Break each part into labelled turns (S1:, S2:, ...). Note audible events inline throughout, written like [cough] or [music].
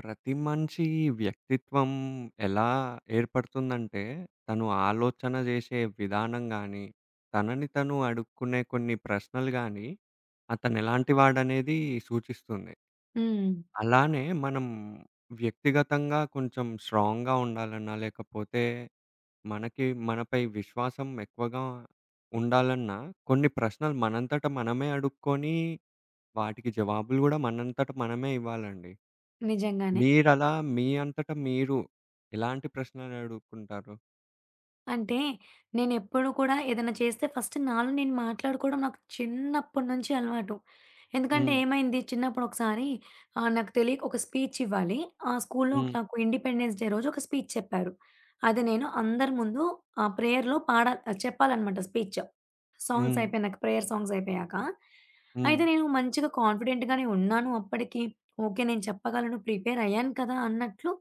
S1: ప్రతి మనిషి వ్యక్తిత్వం ఎలా ఏర్పడుతుందంటే, తను ఆలోచన జేసే విధానం గానీ, తనని తను అడుక్కునే కొన్ని ప్రశ్నలు గానీ, అతనెలాంటి వాడనేది సూచిస్తుంది.
S2: హ్మ్.
S1: అలానే మనం వ్యక్తిగతంగా కొంచెం స్ట్రాంగ్‌గా ఉండాలన్నా, లేకపోతే మనకి మనపై విశ్వాసం ఎక్కువగా ఉండాలన్నా, కొన్ని ప్రశ్నలు మనంతట మనమే అడుక్కొని, వాటికి జవాబులు గూడా మనంతట మనమే ఇవ్వాలండి.
S2: నిజంగానే.
S1: మీరలా మీ అంతట మీరు ఎలాంటి ప్రశ్నలు అడుక్కుంటారు?
S2: అంటే, నేనెప్పుడు కూడా ఏదైనా చేస్తే ఫస్ట్ నాలో నేను మాట్లాడుకోవడం నాకు చిన్నప్పటి నుంచి అలవాటు. ఎందుకంటే
S1: హ్మ్.
S2: ఏమైంది చిన్నప్పుడు ఒకసారి నాకు తెలియక ఒక స్పీచ్ ఇవ్వాలి. ఆ స్కూల్‌లో
S1: హ్మ్.
S2: నాకు ఇండిపెండెన్స్ డే రోజు ఒక స్పీచ్ చెప్పారు. అది నేను అందరి ముందు ప్రేయర్‌లో పాడాలి చెప్పాలనమాట స్పీచ్. సాంగ్స్
S1: హ్మ్.
S2: అయిపోయినాక ప్రేయర్ సాంగ్స్ అయిపోయాక.
S1: హ్మ్.
S2: అయితే నేను మంచిగా కాన్ఫిడెంట్‌గానే ఉన్నాను అప్పటికి. ఓకే. నేను చెప్పగలను ప్రిపేర్ అయ్యాను కదా! అన్నట్లు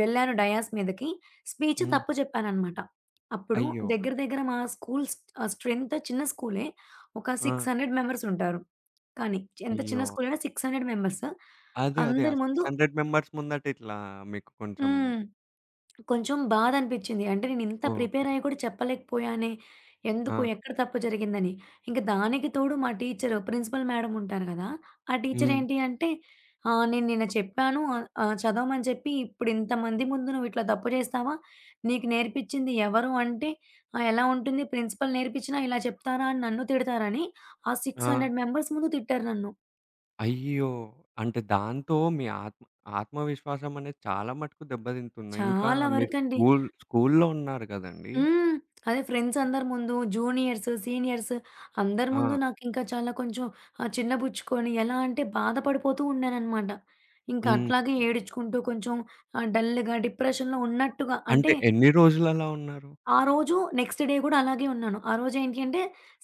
S2: వెళ్ళాను డయాస్ మీదకి. స్పీచ్
S1: హ్మ్.
S2: తప్పు చెప్పాననమాట. అప్పుడు
S1: అయ్యో!
S2: దగ్గర దగ్గర మా స్కూల్ స్ స్ట్రెంత్ చిన్న స్కూలే. ఒక
S1: ఆ!
S2: 600 మెంబర్స్ ఉంటారు. కానీ ఎంత చిన్న
S1: అయ్యో!
S2: స్కూలైనా 600 మెంబర్స్.
S1: అదే. అదే. ఆ
S2: అందరి ముందు
S1: 600 మెంబర్స్ ముందట ఇట్లా మీకు కొంచెం
S2: హ్మ్. కొంచెం బాధనిపిచ్చింది. అంటే నేనింత
S1: ఓకే.
S2: ప్రిపేర్ అయ్యి కూడా చెప్పలేకపోయానే! ఎందుకు?
S1: ఆ!
S2: ఎక్కడ తప్పు జరిగిందని. ఇంక దానికి తోడు మా టీచరు ప్రిన్సిపల్ మేడమ్ ఉంటారు గదా! ఆ
S1: హ్మ్.
S2: టీచరేంటి అంటే "నేను నిన్న చెప్పాను ఆహ్, ఆహ్, చదవమని చెప్పి ఇప్పుడు ఇంతమంది ముందు నువ్విట్లా తప్పు చేస్తావా? నీకు నేర్పించింది ఎవరు?" అంటే ఎలా ఉంటుంది ప్రిన్సిపల్ నేర్పించినా ఇలా చెప్తారా అని నన్ను తిడతారని ఆ
S1: ఆ!
S2: 600 మెంబర్స్ ముందు తిట్టారు నన్ను.
S1: అయ్యో! అంటే దాంతో మీ ఆత్మ ఆత్మవిశ్వాసం అనేది చాలా మటుకు దెబ్బతింటుందా? ఇంకా
S2: చాలా
S1: మీరు
S2: వరకండి.
S1: స్కూల్‌లో ఉన్నారు గదండీ!
S2: హ్మ్. అదే ఫ్రెండ్స్ అందరి ముందు జూనియర్స్, సీనియర్స్ అందరి
S1: ఆ!
S2: ముందు నాకింకా చాలా కొంచెం చిన్నబుచ్చుకొని ఎలా అంటే బాధపడిపోతూ ఉన్నాననమాట. ఇంకా
S1: హ్మ్.
S2: అట్లాగే ఏడిచుకుంటూ కొంచెం డల్‌గా, డిప్రెషన్‌లో ఉన్నట్టుగా
S1: అంటే
S2: అంటే
S1: ఎన్ని రోజులు అలా ఉన్నారు?
S2: ఆ రోజు నెక్స్ట్ డే గూడా అలాగే ఉన్నాను. ఆ రోజు ఏంటి అంటే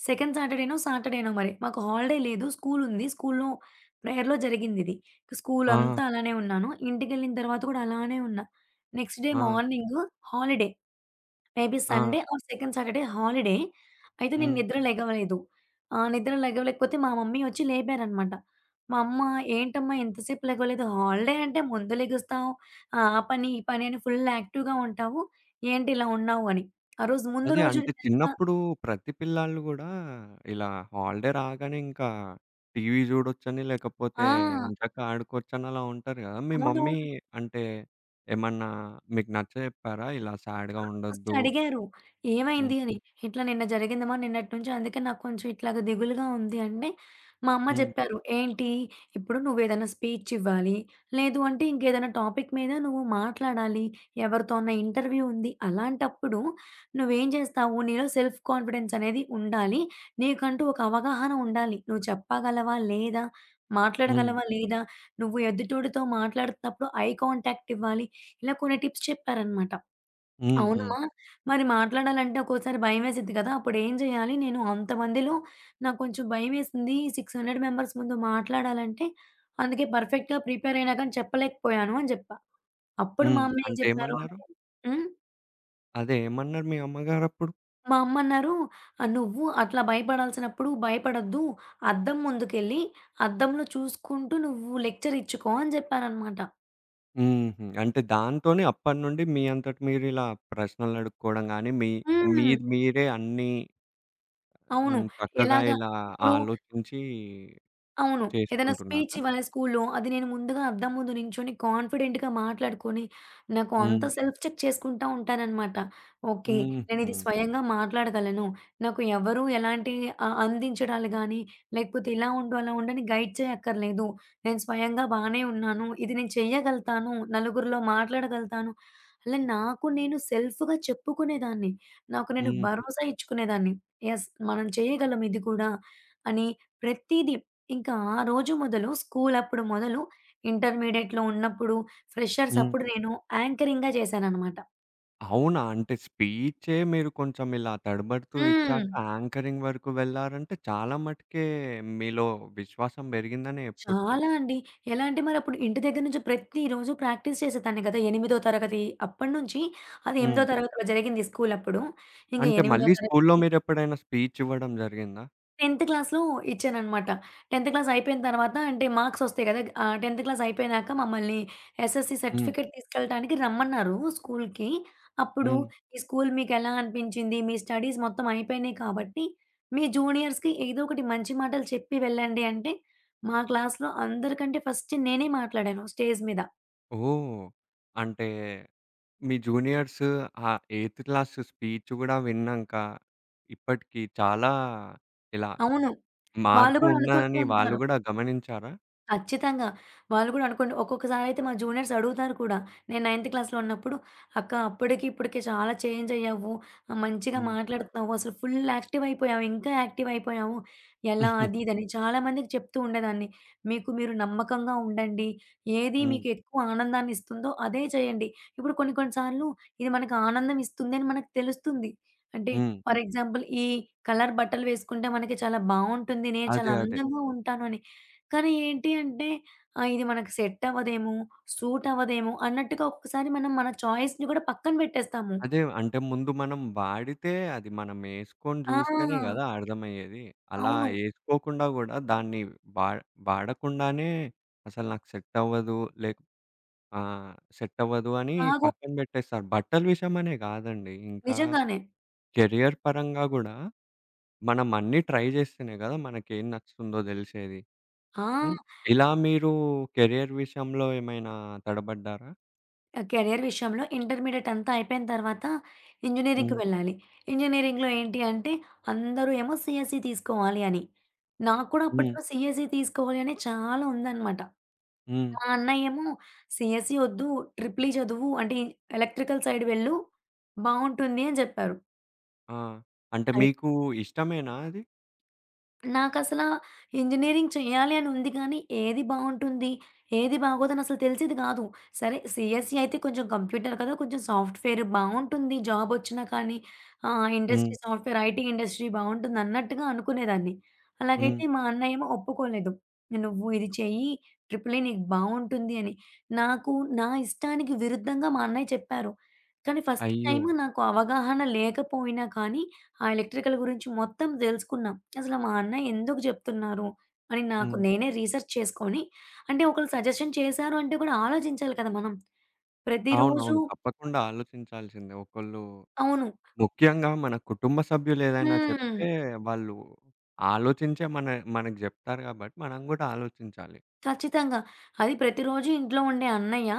S2: సెకండ్ సాటర్‌డేనో, సాటర్‌డేనో మరి మాకు హాలిడే లేదు. స్కూలుంది. స్కూలులో ప్రేయర్‌లో జరిగిందిది.
S1: ఆ!
S2: స్కూలంతా అలానే ఉన్నాను. ఇంటికెళ్ళిన తర్వాత కూడా అలానే ఉన్నా. నెక్స్ట్ డే
S1: ఆ!
S2: Morning holiday. మేబీ
S1: ఆ!
S2: Sunday or second Saturday holiday. అయితే నేను
S1: హ్మ్.
S2: నిద్ర లెగవలేదు. నిద్ర లెగవలేకపోతే మా మమ్మీ వచ్చి లేపారనమాట. మా అమ్మ "ఏంటమ్మా ఇంతసేపు లెగవలేదు? హాలిడే అంటే ముందు లెగుస్తావు. ఆ పని, ఈ పని అని ఫుల్ యాక్టివ్‌గా ఉంటావు. ఏంటి ఇలా ఉన్నావు?" అని. ఆ రోజు ముందు
S1: అదే.
S2: రోజు [laughs]
S1: అంటే
S2: నిజంగా
S1: చిన్నప్పుడు ప్రతి పిల్లాళ్ళు గూడా ఇలా హాలిడే రాగానే ఇంకా టీవీ జూడొచ్చని, లేకపోతే
S2: ఆ!
S1: ఎంచక్కా ఆడుకోవచ్చని అలా ఉంటారు గదా! మీ మమ్మీ
S2: అవునవును.
S1: అంటే ఏమన్నా మీకు నచ్చజెప్పారా? ఇలా సాడ్‌గా
S2: ఆ! ఫస్ట్
S1: ఉండొద్దు.
S2: అడిగారు.
S1: హ్మ్.
S2: ఏమైంది అని. ఇట్లా నిన్న జరిగిందమ్మా నిన్నటి నుంచి అందుకే నాకు కొంచెం ఇట్లాగా దిగులుగా ఉంది అంటే, మా అమ్మ
S1: హ్మ్.
S2: జెప్పారు. "ఏంటి ఇప్పుడు నువ్వేదైనా స్పీచ్ ఇవ్వాలి. లేదు అంటే ఇంకేదైనా టాపిక్ మీద నువ్వు మాట్లాడాలి. ఎవరితో అన్నా ఇంటర్వ్యూ ఉంది. అలాంటప్పుడు నువ్వేం జేస్తావు? నీలో సెల్ఫ్ కాన్ఫిడెన్స్ అనేది ఉండాలి. నీకంటూ ఒక అవగాహన ఉండాలి. నువ్వు చెప్పగలవా? లేదా?
S1: హ్మ్.
S2: మాట్లాడగలవా? లేదా? నువ్వు ఎదుటోడితో మాట్లాడుతున్నప్పుడు ఐ కాంటాక్ట్ ఇవ్వాలి." ఇలా కొన్ని టిప్స్ చెప్పారనమాట.
S1: హ్మ్. హ్మ్.
S2: అవునమ్మా! మరి మాట్లాడాలంటే ఒక్కోసారి భయమేసిద్ది కదా! అప్పుడేం చేయాలి? నేను అంతమందిలో నాకు కొంచెం భయమేసింది. 600 మెంబర్స్ ముందు మాట్లాడాలంటే, అందుకే పర్ఫెక్ట్‌గా ప్రిపేర్ అయినా కానీ చెప్పలేకపోయాను అని చెప్పా. అప్పుడు
S1: హ్మ్.
S2: మా అమ్మ ఏం
S1: అంటే
S2: చెప్పారు
S1: ఏమన్నారు?
S2: అంటే హ్మ్.
S1: అదే ఏమన్నారు మీ అమ్మగారప్పుడు?
S2: మా అమ్మన్నారు, " నువ్వు అట్లా భయపడాల్సినప్పుడు భయపడొద్దు. అద్దం ముందుకెళ్ళి, అద్దంలో చూసుకుంటూ నువ్వు లెక్చర్ ఇచ్చుకో" అని చెప్పారనమాట.
S1: హుహు. అంటే దాంతోనే అప్పటినుండి మీ అంతట మీరు ఇలా ప్రశ్నలడుక్కోవడం గానీ, మీ
S2: హ్మ్.
S1: మీది మీరే అన్నీ
S2: అవును.
S1: హ్మ్. చక్కగా
S2: ఎలాగా
S1: ఇలా
S2: ఇప్పుడు
S1: ఆలోచించి
S2: అవును. ఏదైనా స్పీచ్
S1: చేసుకుంటున్నారా?
S2: ఇవ్వాలి స్కూల్‌లో. అది నేను ముందుగా అద్దం ముందు నించొని కాన్ఫిడెంట్‌గా మాట్లాడుకొని, నాకు అంత
S1: హ్మ్.
S2: సెల్ఫ్ చెక్ చేసుకుంటా ఉంటాననమాట. ఓకే.
S1: హుహు.
S2: నేనిది స్వయంగా మాట్లాడగలను. నాకు ఎవరు ఎలాంటి అందించడాలు గానీ, లేకపోతే ఇలా ఉండు, అలా ఉండు అని గైడ్ చేయక్కర్లేదు. నేను స్వయంగా బానే ఉన్నాను. ఇది నేను చెయ్యగలుగుతాను. నలుగురిలో మాట్లాడగలుగుతాను. అలా నాకు నేను సెల్ఫ్‌గా చెప్పుకునేదాన్ని. నాకు నేను
S1: హుహు.
S2: భరోసా ఇచ్చుకునేదాన్ని. యెస్! మనం చేయగలం ఇది కూడా అని ప్రతీదీ ఇంకా ఆ రోజు మొదలు స్కూలప్పుడు మొదలు ఇంటర్మీడియేట్‌లో ఉన్నప్పుడు, ఫ్రెషర్స్
S1: హ్మ్.
S2: అప్పుడు నేను యాంకరింగ్‌గా చేశాననమాట.
S1: అవునా? అంటే స్పీచే మీరు కొంచెం ఇలా తడబడుతూ
S2: హ్మ్.
S1: ఇచ్చాక యాంకరింగ్ వరకు వెళ్లారంటే చాలా మటుకే మీలో విశ్వాసం పెరిగిందనే చెప్పొచ్చు.
S2: చాలా అండి. ఎలా అంటే మరప్పుడు ఇంటి దగ్గర నుంచి ప్రతిరోజు ప్రాక్టీస్ చేసేదాన్ని కదా! ఎనిమిదో తరగతి అప్పటినుంచి అది
S1: హ్మ్.
S2: ఎనిమిదో తరగతిలో జరిగింది స్కూలప్పుడు. ఇంక
S1: అంటే
S2: ఎనిమిదో
S1: మళ్ళీ స్కూల్లో
S2: తరగతి
S1: మీరెప్పుడైనా స్పీచ్ ఇవ్వడం జరిగిందా?
S2: 10థ్ క్లాస్‌లో ఇచ్చాననమాట. 10థ్ క్లాస్ అయిపోయిన తర్వాత అంటే మార్క్స్ ఒస్తాయి గదా! 10థ్ క్లాస్ అయిపోయినాక మమ్మల్ని ఎస్ఎస్‌సీ
S1: హ్మ్.
S2: సర్టిఫికేట్ తీసుకెళ్ళటానికి రమ్మన్నారు స్కూల్‌కి. అప్పుడు
S1: హ్మ్.
S2: ఈ స్కూల్ మీకెలా అనిపించింది? మీ స్టడీస్ మొత్తం అయిపోయినాయి కాబట్టి, మీ జూనియర్స్‌కి ఏదో ఒకటి మంచి మాటలు చెప్పి వెళ్ళండి అంటే, మా క్లాస్‌లో అందరికంటే ఫస్ట్ నేనే మాట్లాడాను స్టేజ్ మీద.
S1: ఓహ్! అంటే మీ జూనియర్స్ ఆ 8థ్ క్లాస్ స్పీచ్ గూడా విన్నాంక ఇప్పటికి చాలా ఇలా
S2: అవును. వాళ్ళు
S1: మార్పు
S2: గూడా అనుకుంటూ
S1: ఉన్నదని వాళ్ళు
S2: ఉంటారు.
S1: గూడా గమనించారా?
S2: ఖచ్చితంగా. వాళ్ళు గూడా అనుకోండి ఒక్కొక్కసారయితే మా జూనియర్స్ అడుగుతారు కూడా. నేను నైన్త్ క్లాస్‌లో ఉన్నప్పుడు, "అక్క అప్పటికి ఇప్పటికి చాలా చేంజ్ అయ్యావు. మంచిగా
S1: హ్మ్.
S2: మాట్లాడుతున్నావు. అసలు ఫుల్ యాక్టివ్ అయిపోయావు. ఇంకా యాక్టివ్ అయిపోయావు. ఎలా?" అది ఇదని చాలా మందికి చెప్తూ ఉండేదాన్ని. "మీకు మీరు నమ్మకంగా ఉండండి. ఏది
S1: హ్మ్.
S2: మీకు ఎక్కువ ఆనందాన్ని ఇస్తుందో అదే చేయండి." ఇప్పుడు కొన్ని కొన్ని సార్లు ఇది మనకు ఆనందం ఇస్తుంది అని మనకు తెలుస్తుంది. అంటే
S1: హ్మ్.
S2: ఫర్ ఎగ్జాంపుల్ ఈ కలర్ బట్టలు వేసుకుంటే మనకి చాలా బావుంటుంది. నేను చాలా
S1: అదే. అదే.
S2: అందంగా ఉంటానని. కానీ ఏంటి అంటే, ఇది మనకు సెట్ అవ్వదేమో, సూట్ అవ్వదేమో అన్నట్టుగా ఒక్కొక్కసారి మనం మన చాయిస్‌ని కూడా పక్కన పెట్టేస్తాము.
S1: అదే. అంటే ముందు మనం వాడితే అది మనమేసుకొని
S2: ఆ!
S1: జూస్తేనే గదా! అర్థమయ్యేది. అలా
S2: అవును.
S1: ఏసుకోకుండా గూడా దాన్ని వా వాడకుండానే అసలు నాకు సెట్ అవ్వదు. లేక్ ఆహ్, సెట్ అవ్వదు అని
S2: బాగో
S1: పక్కన బెట్టేస్తారు. బట్టల విషయమనే గాదండి. ఇంకా
S2: నిజంగానే.
S1: కెరియర్ పరంగా గూడా మనం అన్నీ ట్రై జేస్తేనే గదా! మనకేం నచ్చుతుందో దెలిసేది.
S2: ఆ!
S1: హ్మ్. ఇలా మీరు కెరియర్ విషయంలో ఏమైనా తడబడ్డారా?
S2: ఆ! కెరియర్ విషయంలో ఇంటర్మీడియేట్ అంతా అయిపోయిన తర్వాత ఇంజినీరింగ్‌కి
S1: హ్మ్.
S2: వెళ్ళాలి. ఇంజినీరింగ్‌లో ఏంటి అంటే అందరూ ఏమో సీఎస్ఈ తీసుకోవాలి అని. నాకు కూడా
S1: హ్మ్.
S2: అప్పట్లో సీఎస్ఈ తీసుకోవాలి అని చాలా ఉందన్నమాట.
S1: హ్మ్.
S2: మా అన్నయ్యేమో "సీఎస్ఈ వద్దు, ట్రిపుల్ ఈ చదువు అంటే ఎలక్ట్రికల్ సైడ్ వెళ్ళు బావుంటుంది" అని చెప్పారు.
S1: ఆ! అంటే మీకు ఇష్టమేనా అది?
S2: నాకసల ఇంజినీరింగ్ చేయాలి అని ఉంది కానీ, ఏది బావుంటుంది? ఏది బాగోదని అసలు తెలిసేది గాదు. సరే సీఎస్‌ఈ అయితే కొంచెం కంప్యూటర్ కదా! కొంచెం సాఫ్ట్‌వేర్ బావుంటుంది. జాబొచ్చినా కానీ
S1: హ్మ్.
S2: ఇండస్ట్రీ సాఫ్ట్‌వేర్, ఐటీ ఇండస్ట్రీ బావుంటుంది అన్నట్టుగా అనుకునేదాన్ని.
S1: హ్మ్.
S2: అలాగైతే మా అన్నయేమో ఒప్పుకోలేదు. "నువ్వు ఇది చెయ్యి. ట్రిపుల్ ఈ నీకు బావుంటుంది" అని. నాకు నా ఇష్టానికి విరుద్ధంగా మా అన్నయ్య చెప్పారు. కానీ ఫస్ట్
S1: అయ్యో!
S2: టైమ్ నాకు అవగాహన లేకపోయినా కానీ ఆ ఎలక్ట్రికల్ గురించి మొత్తం తెలుసుకున్నాం. అసలు మా అన్న ఎందుకు చెప్తున్నారు? అని నాకు
S1: హ్మ్.
S2: నేనే రీసెర్చ్ చేసుకొని అంటే ఒకళ్ళు సజెషన్ చేశారు అంటే కూడా ఆలోచించాలి కదా మనం. ప్రతిరోజు
S1: అవునవును. తప్పకుండా ఆలోచించాల్సిందే. ఒకళ్ళు
S2: అవును.
S1: ముఖ్యంగా మన కుటుంబ సభ్యులు ఏదైనా
S2: హ్మ్.
S1: చెప్తే వాళ్ళు ఆలోచించే మనకు జెప్తారు గాబట్టి మనం గూడా ఆలోచించాలి.
S2: ఖచ్చితంగా. అది ప్రతిరోజు ఇంట్లో ఉండే అన్నయ్య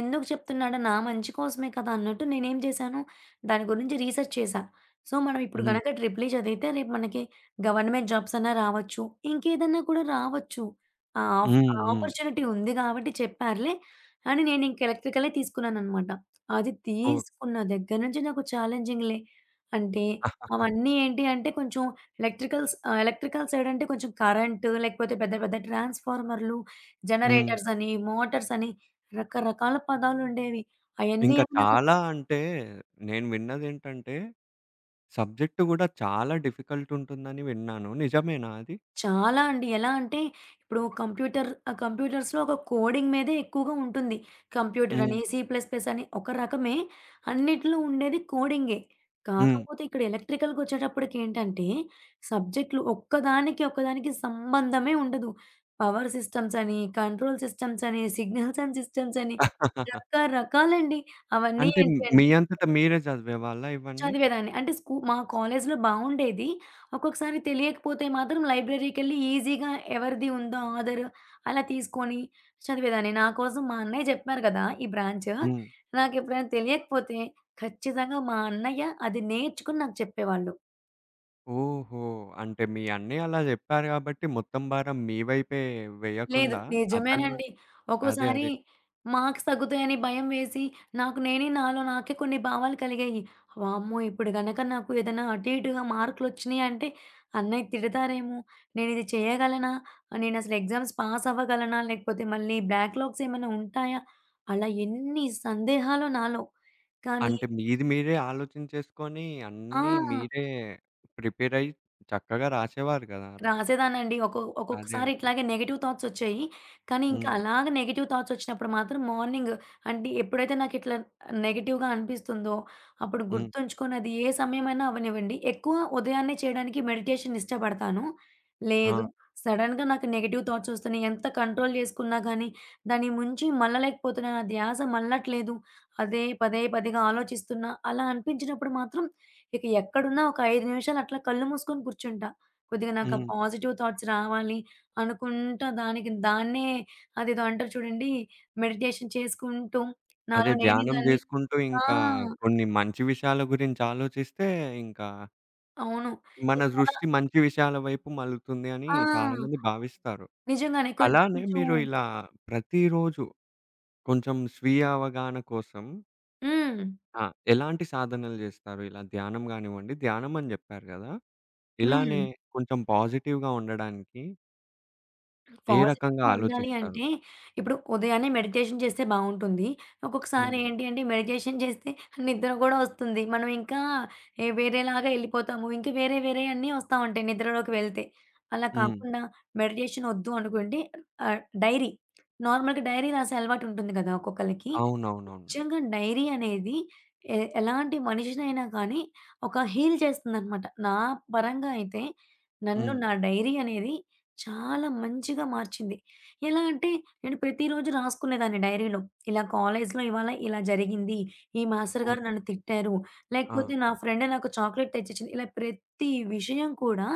S2: ఎందుకు చెప్తున్నాడు నా మంచి కోసమే కదా అన్నట్టు నేనేం చేశాను, దాని గురించి రీసెర్చ్ చేశా. సో, మనం ఇప్పుడు
S1: హ్మ్.
S2: గనక ట్రిపుల్ ఈ చదివితే రేపు మనకి గవర్నమెంట్ జాబ్స్ అన్నా రావచ్చు. ఇంకేదన్నా కూడా రావచ్చు. ఆ ఆఫ్
S1: హ్మ్.
S2: ఆ
S1: హ్మ్.
S2: ఆపర్చునిటీ ఉంది కాబట్టి చెప్పారులే అని నేను ఇంక ఎలక్ట్రికలే తీసుకున్నాననమాట. అది
S1: ఓహ్!
S2: తీసుకున్న దగ్గర నుంచి నాకు ఛాలెంజింగ్‌లే. అంటే అవన్నీ ఏంటి అంటే కొంచెం ఎలక్ట్రికల్ సైడ్ అంటే కొంచెం కరెంటు లేకపోతే పెద్ద పెద్ద ట్రాన్స్‌ఫార్మర్‌లు
S1: హ్మ్.
S2: జనరేటర్స్ అని, మోటార్స్ అని రకరకాల పదాలుండేవి. అయన్నీ
S1: ఇంకా
S2: ఏమో నాకసల
S1: చాలా అంటే నేను విన్నదేంటంటే సబ్జెక్ట్ గూడా చాలా డిఫికల్ట్ ఉంటుందని విన్నాను. నిజమేనా అది?
S2: చాలా అండి. ఎలా అంటే ఇప్పుడు కంప్యూటర్స్‌లో ఒక కోడింగ్ మీదే ఎక్కువగా ఉంటుంది. కంప్యూటర్
S1: హ్మ్.
S2: అని, సి ప్లస్ ప్లస్ అని ఒక రకమే. అన్నిట్లో ఉండేది కోడింగే. కాకపోతే ఇక్కడ ఎలక్ట్రికల్‌కొచ్చేటప్పటికేంటంటే సబ్జెక్ట్‌లు ఒక్కదానికి, ఒక్కదానికి సంబంధమే ఉండదు. పవర్ సిస్టమ్స్ అని, కంట్రోల్ సిస్టమ్స్ అని, సిగ్నల్స్ అండ్ సిస్టమ్స్ అని
S1: హ్మ్.
S2: రకరకాలండి. అవన్నీ
S1: అంటే
S2: ఏంటి
S1: మీ
S2: అంటే
S1: అంతట మీరే చదివేవాళ్ళా ఇవన్నీ?
S2: చదివేదాన్ని. అంటే మా కాలేజ్‌లో బావుండేది. ఒక్కొక్కసారి తెలియకపోతే మాత్రం లైబ్రరీకెళ్ళి ఈజీగా ఎవరిది ఉందో ఆథర్ అలా తీసుకొని చదివేదాన్ని. నా కోసం మా అన్నయ్య చెప్పారు కదా! ఈ బ్రాంచ్.
S1: హ్మ్.
S2: నాకెప్పుడైనా తెలియకపోతే ఖచ్చితంగా మా అన్నయ్య అది నేర్చుకొని నాకు చెప్పేవాళ్ళు.
S1: ఓహో! అంటే మీ అన్నయ్య అలా చెప్పారు కాబట్టి మొత్తం భారం మీ వైపే
S2: లేదు.
S1: వేయకుండా అతను గూడా
S2: నిజమేనండి.
S1: అదే.
S2: ఒక్కోసారి
S1: అదే.
S2: మార్క్స్ తగ్గుతాయని భయం వేసి, నాకు నేనే నాలో నాకే కొన్ని భావాలు కలిగాయి. వామ్మో! ఇప్పుడు గనక నాకు ఏదైనా అటు ఇటుగా మార్కులొచ్చినియి అంటే, అన్నయ్య తిడతారేమో, నేనిది చేయగలనా? నేనసలు ఎగ్జామ్స్ పాస్ అవ్వగలనా? లేకపోతే మళ్ళీ బ్యాక్‌లాగ్స్ ఏమైనా ఉంటాయా? అలా ఎన్ని సందేహాలో నాలో. కానీ
S1: అంటే మీది మీరే ఆలోచించేసుకొని అన్నీ
S2: ఆ!
S1: మీరే ప్రిపేర్ అయ్యి చక్కగా రాసేవారు కదా!
S2: రాసేదాన్నండి.
S1: అదే.
S2: ఒక్కొక్కసారి
S1: అదే.
S2: ఇట్లాగే నెగెటివ్ థాట్సొచ్చాయి. కానీ ఇంకా
S1: హ్మ్.
S2: అలాగ నెగెటివ్ థాట్సొచ్చినప్పుడు మాత్రం మార్నింగ్ అంటే ఎప్పుడైతే నాకిట్లా నెగెటివ్‌గా అనిపిస్తుందో, అప్పుడు
S1: హ్మ్.
S2: గుర్తుంచుకొని అది ఏ సమయమైనా అవ్వనివ్వండి. ఎక్కువ ఉదయాన్నే చేయడానికి మెడిటేషన్ ఇష్టపడతాను.
S1: ఆ!
S2: లేదు సడెన్‌గా నాకు నెగెటివ్ థాట్సొస్తున్నాయి. ఎంత కంట్రోల్ చేసుకున్నా గానీ, దాని ముంచి మళ్ళలేకపోతున్నాను. నా ధ్యాస మళ్ళట్లేదు. అదే పదే పదిగా ఆలోచిస్తున్నా. అలా అనిపించినప్పుడు మాత్రం ఇక ఎక్కడున్నా ఒక 5 నిమిషాలు అట్లా కళ్ళు మూసుకొని కూర్చుంటా. కొద్దిగా నాకు ఆ
S1: హ్మ్.
S2: పాజిటివ్ థాట్స్ రావాలి అనుకుంటా దానికి దాన్నే అదేదో అంటారు చూడండి మెడిటేషన్ చేసుకుంటూ
S1: అదే
S2: నాలో నేనే
S1: ధ్యానం
S2: దాన్ని
S1: జేసుకుంటూ
S2: ఆ!
S1: ఇంకా కొన్ని మంచి విషయాల గురించి ఆలోచిస్తే ఇంకా
S2: అవును.
S1: మన
S2: ఇంకలా
S1: దృష్టి మంచి విషయాల వైపు మళ్లుతుంది అని
S2: ఆ!
S1: చాలా మంది భావిస్తారు.
S2: నిజంగానే కొంచెం
S1: అలానే మీరు
S2: కొంచెం
S1: ఇలా ప్రతిరోజు కొంచెం స్వీయ అవగాహన కోసం
S2: హ్మ్.
S1: ఆ! ఎలాంటి సాధనలు జేస్తారు? ఇలా ధ్యానం గానివ్వండి, ధ్యానం అని జెప్పారు గదా!
S2: హ్మ్.
S1: ఇలానే కొంచెం పాజిటివ్‌గా ఉండడానికి ఏ రకంగా
S2: పాజిటివ్‌గా ఉండాలి
S1: ఆలోచిస్తారు?
S2: అంటే, ఇప్పుడు ఉదయాన్నే మెడిటేషన్ చేస్తే బావుంటుంది. ఒక్కొక్కసారి
S1: హ్మ్.
S2: ఏంటి అంటే, మెడిటేషన్ చేస్తే నిద్ర గూడా వస్తుంది. మనం ఇంకా ఏ వేరేలాగా ఎళ్ళిపోతాము. ఇంకా వేరే వేరే అన్నీ వస్తా ఉంటాయి నిద్రలోకి వెళ్తే. అలా
S1: హ్మ్.
S2: కాకుండా మెడిటేషన్ ఒద్దు అనుకుంటే ఆహ్, డైరీ నార్మల్‌గా డైరీ రాసే అలవాటు ఉంటుంది కదా! ఒక్కొక్కళ్ళకి.
S1: అవునవునవును.
S2: నిజంగా డైరీ అనేది ఎలాంటి మనిషినైనా కానీ, ఒక హీల్ చేస్తుందనమాట. నా పరంగా అయితే నన్ను
S1: హ్మ్.
S2: నా డైరీ అనేది చాలా మంచిగా మార్చింది. ఎలా అంటే నేను ప్రతిరోజు రాసుకునేదాన్ని డైరీలో. ఇలా కాలేజ్‌లో ఇవాళ ఇలా జరిగింది. ఈ మాస్టర్
S1: హ్మ్.
S2: గారు నన్ను తిట్టారు.
S1: ఆ!
S2: లేకపోతే నా
S1: ఆ!
S2: ఫ్రెండ్ నాకు చాక్లేట్ తెచ్చిచ్చింది. ఇలా ప్రతి విషయం కూడా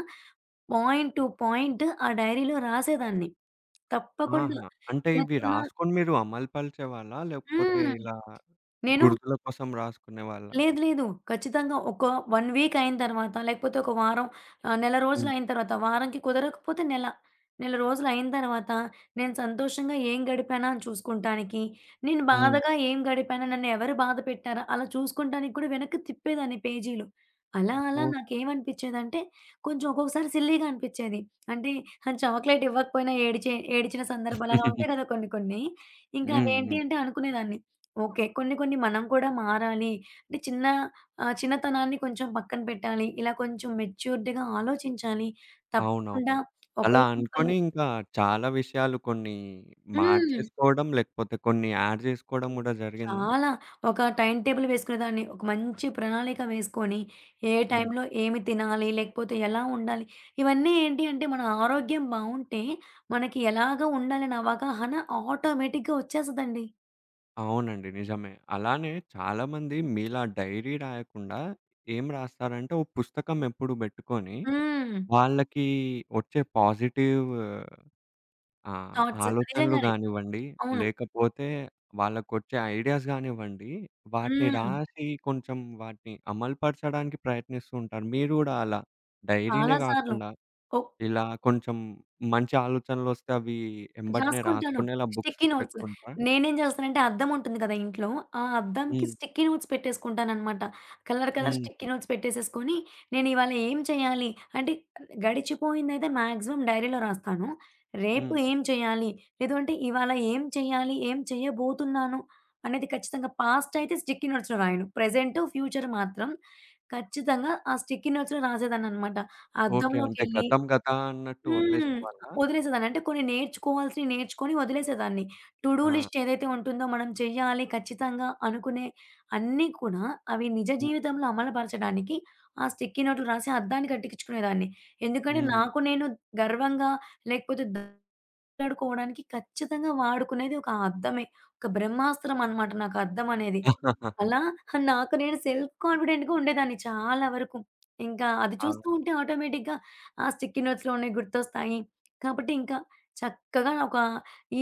S2: పాయింట్ టు పాయింట్ ఆ డైరీలో రాసేదాన్ని. తప్పకుండా
S1: ఆహా! అంటే
S2: చిన్న
S1: ఇవి
S2: చిన్న
S1: రాసుకొని మీరు అమలు పరిచేవాళ్ళా? లేకపోతే
S2: హ్మ్.
S1: ఇలా
S2: నేను
S1: గుర్తుల కోసం రాసుకునేవాళ్ళా?
S2: లేదు. లేదు. ఖచ్చితంగా ఒక 1 వీక్ అయిన తర్వాత, లేకపోతే ఒక వారం నెల
S1: హ్మ్.
S2: రోజులు అయిన తర్వాత, వారంకి కుదరకపోతే నెల. నెల రోజులు అయిన తర్వాత, నేను సంతోషంగా ఏం గడిపానా అని చూసుకుంటానికి, నేను
S1: హ్మ్.
S2: బాధగా ఏం గడిపానా, నన్ను ఎవరు బాధ పెట్టారా, అలా చూసుకుంటానికి కూడా వెనక్కి తిప్పేదాన్ని పేజీలు. అలా అలా
S1: ఓహ్!
S2: నాకేమనిపించేదంటే, కొంచెం ఒక్కొక్కసారి సిల్లీగా అనిపించేది. అంటే చాక్లేట్ ఇవ్వకపోయినా ఏడిచిన సందర్భాలు అలా ఉంటాయి కదా కొన్ని కొన్ని. ఇంకా అవేంటి
S1: హ్మ్.
S2: అంటే
S1: [laughs]
S2: అనుకునేదాన్ని. ఓకే. కొన్ని కొన్ని మనం కూడా మారాలి. అంటే చిన్నతనాన్ని కొంచెం పక్కన పెట్టాలి. ఇలా కొంచెం మెచ్యూర్డ్‌గా ఆలోచించాలి. తప్పకుండా
S1: అవునవును. అలా
S2: ఒకళ్ళకొకళ్ళు
S1: అనుకోని ఇంకా చాలా విషయాలు కొన్ని
S2: హ్మ్.
S1: మార్చేసుకోవడం, లేకపోతే కొన్ని యాడ్ జేసుకోవడం గూడా జరిగిందా?
S2: చాలా. ఒక టైమ్ టేబుల్ వేసుకునేదాన్ని. ఒక మంచి ప్రణాళిక వేసుకొని, ఏ
S1: హ్మ్.
S2: టైంలో ఏమి తినాలి? లేకపోతే ఎలా ఉండాలి? ఇవన్నీ ఏంటి అంటే మన ఆరోగ్యం బావుంటే, మనకి ఎలాగా ఉండాలనే అవగాహన ఆటోమేటిక్‌గా వచ్చేస్తదండి.
S1: అవునండి. నిజమే. అలానే చాలామంది మీలా డైరీ రాయకుండా ఏం రాస్తారంటే, ఓ పుస్తకం ఎప్పుడు బెట్టుకొని
S2: హ్మ్.
S1: వాళ్ళకి వచ్చే పాజిటివ్ ఆ!
S2: థాట్స్.
S1: ఆలోచనలు
S2: నిజంగానే.
S1: గానివ్వండి,
S2: అవును.
S1: లేకపోతే వాళ్ళకొచ్చే ఐడియాస్ గానివ్వండి, వాటిని
S2: హ్మ్.
S1: రాసి కొంచెం వాటిని అమలు పరచడానికి ప్రయత్నిస్తూ ఉంటారు. మీరు గూడా అలా డైరీనే
S2: చాలా సార్లు.
S1: గాకుండా,
S2: ఒ
S1: ఇలా కొంచెం మంచి ఆలోచనలొస్తే అవి ఎంబటనే
S2: రాసుకుంటాను.
S1: రాసుకునేలా బుక్స్
S2: స్టిక్కీ నోట్స్.
S1: పెట్టుకుంటారా?
S2: నేనేం జేస్తానంటే అద్దం ఉంటుంది కదా ఇంట్లో. ఆ అద్దంకి
S1: హ్మ్.
S2: స్టిక్కీ నోట్స్ పెట్టేసుకుంటాననమాట. కలర్ కలర్
S1: హుహు.
S2: స్టిక్కీ నోట్స్ పెట్టేసేసుకొని, నేను ఇవాళ ఏం చేయాలి అంటే గడిచిపోయిందైతే మాక్సిమం డైరీలో రాస్తాను. రేపు
S1: హ్మ్.
S2: ఏం చేయాలి? లేదు అంటే ఇవాళ ఏం చేయాలి? ఏం చేయబోతున్నాను? అనేది ఖచ్చితంగా పాస్ట్ అయితే స్టిక్కీ నోట్స్‌లో రాయను. ప్రెజెంట్, ఫ్యూచర్ మాత్రం ఖచ్చితంగా ఆ స్టిక్కీ నోట్స్‌లో రాసేదాన్ననమాట.
S1: ఓకే. అంటే
S2: అద్దంలోకెళ్ళి
S1: గతం గత అన్నట్టు
S2: హ్మ్.
S1: వదిలేసేవాళ్ళా?
S2: వదిలేసేదాన్ని. అంటే కొన్ని నేర్చుకోవాల్సినవి నేర్చుకొని వదిలేసేదాన్ని. To do
S1: uh!
S2: లిస్ట్ ఏదైతే ఉంటుందో మనం చెయ్యాలి ఖచ్చితంగా అనుకునే అన్నీ కూడా అవి నిజ
S1: హ్మ్.
S2: జీవితంలో అమలుపరచడానికి ఆ స్టిక్కీ నోటులు రాసి అద్దానికి అట్టికిచ్చుకునేదాన్ని. ఎందుకంటే
S1: హ్మ్.
S2: నాకు నేను గర్వంగా లేకపోతే ద మాట్లాడుకోవడానికి ఖచ్చితంగా వాడుకునేది ఒక అద్దమే. ఒక బ్రహ్మాస్త్రం అనమాట నాకు అద్దం అనేది.
S1: [laughs]
S2: అలా నాకు నేను సెల్ఫ్ కాన్ఫిడెంట్‌గా ఉండేదాన్ని చాలా వరకు. ఇంకా అది
S1: ఆ!
S2: చూస్తూ ఉంటే ఆటోమేటిక్‌గా ఆ స్టిక్కీ నోట్స్‌లోనే గుర్తొస్తాయి. కాబట్టి ఇంకా చక్కగా ఒక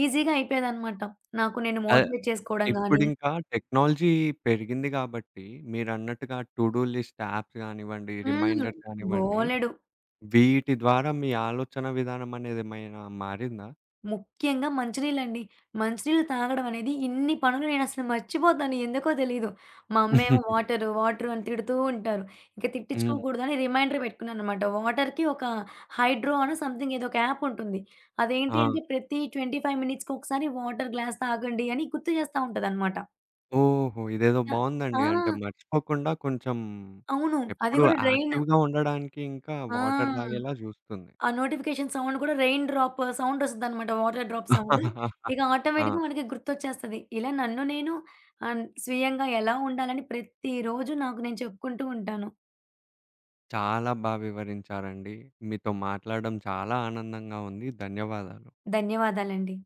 S2: ఈజీగా అయిపోయేదనమాట. నాకు నేను
S1: అదే.
S2: మోటివేట్ చేసుకోవడం గాని
S1: ఇప్పుడింకా టెక్నాలజీ పెరిగింది గాబట్టి, మీరన్నట్టుగా టు డూ లిస్ట్ యాప్స్ గానివ్వండి,
S2: హ్మ్.
S1: రిమైండర్స్ గానివ్వండి,
S2: బోలెడు.
S1: వీటి ద్వారా మీ ఆలోచన విధానం అనేదేమైనా మారిందా?
S2: ముఖ్యంగా మంచినీళ్ళండి. మంచినీళ్ళు తాగడం అనేది ఇన్ని పనులు నేనసలు మర్చిపోతాను. ఎందుకో తెలీదు. మా అమ్మేమో వాటరు, వాటరు అని తిడుతూ ఉంటారు. ఇంక
S1: హ్మ్.
S2: తిట్టించుకోకూడదని రిమైండర్ పెట్టుకున్నాననమాట. వాటర్‌కి ఒక హైడ్రో అనో సంథింగ్ ఏదో ఒక యాప్ ఉంటుంది. అదేంటి
S1: ఆ!
S2: అంటే ప్రతి 25 మినిట్స్‌కి ఒకసారి వాటర్ గ్లాస్ తాగండి అని గుర్తు చేస్తా ఉంటదనమాట.
S1: ఓహో! ఇదేదో
S2: ఆ!
S1: బావుందండి.
S2: ఆ!
S1: అంటే మర్చిపోకుండా కొంచెం
S2: అవును. అది
S1: ఎప్పుడూ
S2: గూడా డ్రైన్
S1: యాక్టివ్‌గా ఉండడానికి ఇంకా
S2: ఆ!
S1: వాటర్ తాగేలా జూస్తుంది.
S2: ఆ నోటిఫికేషన్ సౌండ్ కూడా రెయిన్ డ్రాప్ సౌండొస్తదనమాట. Water drop sound. ఇక
S1: ఆ!
S2: ఆటోమేటిక్‌గా మనకి గుర్తొచ్చేస్తది. ఇలా నన్ను నేను స్వీయంగా ఎలా ఉండాలని ప్రతిరోజు నాకు నేను చెప్పుకుంటూ ఉంటాను.
S1: చాలా బా వివరించారండి. మీతో మాట్లాడడం చాలా ఆనందంగా ఉంది. ధన్యవాదాలు.
S2: ధన్యవాదాలండి.